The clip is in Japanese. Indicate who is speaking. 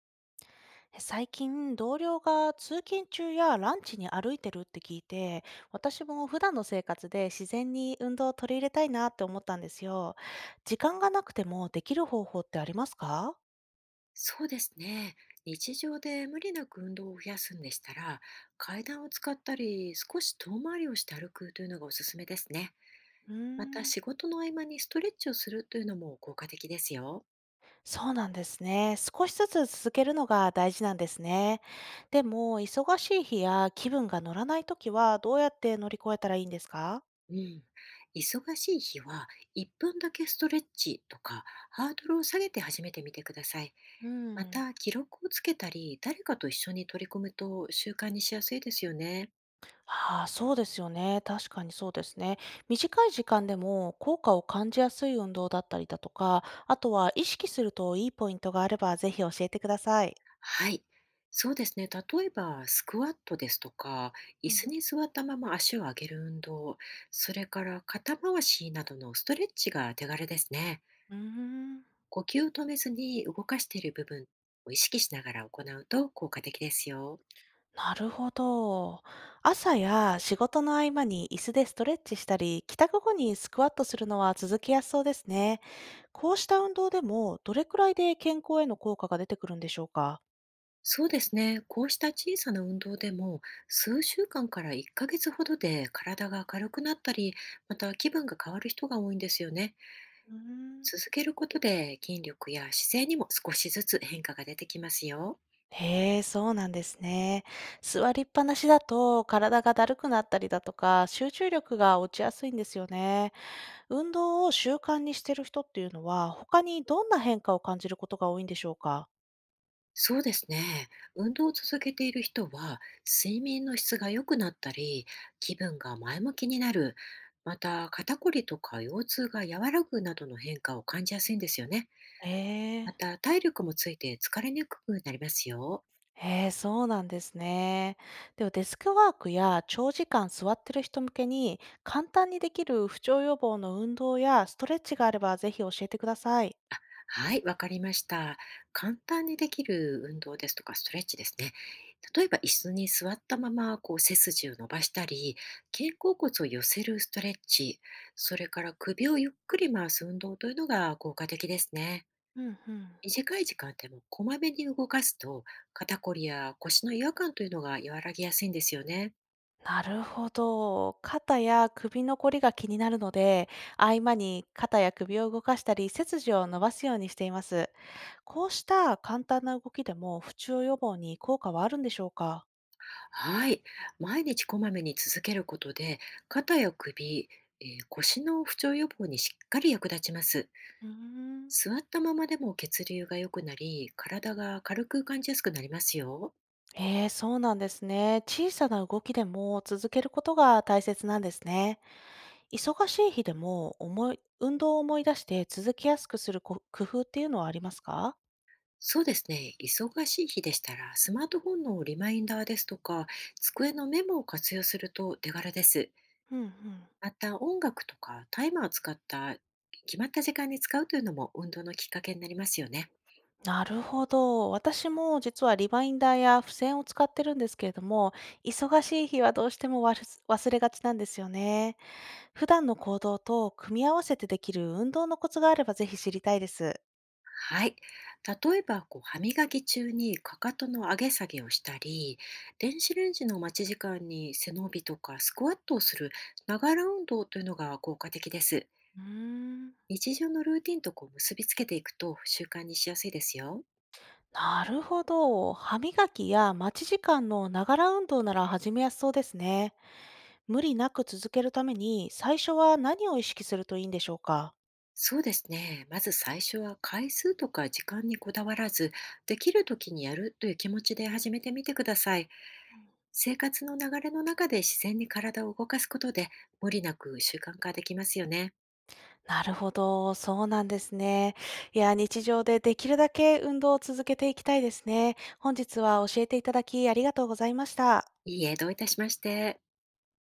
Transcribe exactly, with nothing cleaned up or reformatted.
Speaker 1: 最近、同僚が通勤中やランチに歩いてるって聞いて、私も普段の生活で自然に運動を取り入れたいなって思ったんですよ。時間がなくてもできる方法ってありますか？
Speaker 2: そうですね。日常で無理なく運動を増やすんでしたら、階段を使ったり、少し遠回りをして歩くというのがおすすめですね。
Speaker 1: うー
Speaker 2: また、
Speaker 1: ん、
Speaker 2: 仕事の合間にストレッチをするというのも効果的ですよ。
Speaker 1: そうなんですね。少しずつ続けるのが大事なんですね。でも、忙しい日や気分が乗らない時はどうやって乗り越えたらいいんですか？
Speaker 2: うん。忙しい日は、いっぷんだけストレッチとか、ハードルを下げて始めてみてください。
Speaker 1: う
Speaker 2: ま
Speaker 1: ん。
Speaker 2: た、記録をつけたり、誰かと一緒に取り組むと習慣にしやすいですよね。
Speaker 1: ああ、そうですよね。確かにそうですね。短い時間でも効果を感じやすい運動だったりだとか、あとは意識するといいポイントがあればぜひ教えてください。
Speaker 2: はい。そうですね。例えば、スクワットですとか、椅
Speaker 1: うん、
Speaker 2: 子に座ったまま足を上げる運動、それから肩回しなどのストレッチが手軽ですね。
Speaker 1: うーん、
Speaker 2: 呼吸を止めずに動かしている部分を意識しながら行うと効果的ですよ。
Speaker 1: なるほど。朝や仕事の合間に椅子でストレッチしたり、帰宅後にスクワットするのは続けやすそうですね。こうした運動でもどれくらいで健康への効果が出てくるんでしょうか？
Speaker 2: そうですね。こうした小さな運動でも、数週間からいっかげつほどで体が軽くなったり、また気分が変わる人が多いんですよね。
Speaker 1: うーん、
Speaker 2: 続けることで筋力や姿勢にも少しずつ変化が出てきますよ。
Speaker 1: へえ、そうなんですね。座りっぱなしだと体がだるくなったりだとか、集中力が落ちやすいんですよね。運動を習慣にしてる人っていうのは、他にどんな変化を感じることが多いんでしょうか？
Speaker 2: そうですね。運動を続けている人は、睡眠の質が良くなったり、気分が前向きになる、また肩こりとか腰痛が和らぐなどの変化を感じやすいんですよね。
Speaker 1: へえ。
Speaker 2: また体力もついて疲れにくくなりますよ。
Speaker 1: へえ、そうなんですね。ではデスクワークや長時間座ってる人向けに、簡単にできる不調予防の運動やストレッチがあれば、ぜひ教えてください。
Speaker 2: はい、わかりました。簡単にできる運動ですとかストレッチですね。例えば、椅子に座ったままこう背筋を伸ばしたり、肩甲骨を寄せるストレッチ、それから首をゆっくり回す運動というのが効果的ですね。
Speaker 1: うんうん。
Speaker 2: 短い時間でもこまめに動かすと、肩こりや腰の違和感というのが和らぎやすいんですよね。
Speaker 1: なるほど。肩や首のこりが気になるので、合間に肩や首を動かしたり、背筋を伸ばすようにしています。こうした簡単な動きでも不調予防に効果はあるんでしょうか？
Speaker 2: はい。毎日こまめに続けることで、肩や首、えー腰の不調予防にしっかり役立ちます。
Speaker 1: うーん、
Speaker 2: 座ったままでも血流が良くなり、体が軽く感じやすくなりますよ。
Speaker 1: ええ、そうなんですね。小さな動きでも続けることが大切なんですね。忙しい日でも思い、運動を思い出して続けやすくするこ工夫っていうのはありますか？
Speaker 2: そうですね。忙しい日でしたら、スマートフォンのリマインダーですとか、机のメモを活用すると手軽です。
Speaker 1: うんうん、
Speaker 2: また、音楽とかタイマーを使った決まった時間に使うというのも運動のきっかけになりますよね。
Speaker 1: なるほど。私も実はリマインダーや付箋を使ってるんですけれども、忙しい日はどうしてもわるす忘れがちなんですよね。普段の行動と組み合わせてできる運動のコツがあればぜひ知りたいです。
Speaker 2: はい。例えば、こう歯磨き中にかかとの上げ下げをしたり、電子レンジの待ち時間に背伸びとかスクワットをするながら運動というのが効果的です。
Speaker 1: うーん、
Speaker 2: 日常のルーティンとこう結びつけていくと習慣にしやすいですよ。
Speaker 1: なるほど。歯磨きや待ち時間のながら運動なら始めやすそうですね。無理なく続けるために、最初は何を意識するといいんでしょうか？
Speaker 2: そうですね。まず最初は回数とか時間にこだわらず、できる時にやるという気持ちで始めてみてください。生活の流れの中で自然に体を動かすことで、無理なく習慣化できますよね。
Speaker 1: なるほど、そうなんですね。いや、日常でできるだけ運動を続けていきたいですね。本日は教えていただきありがとうございました。
Speaker 2: いいえ、どういたしまして。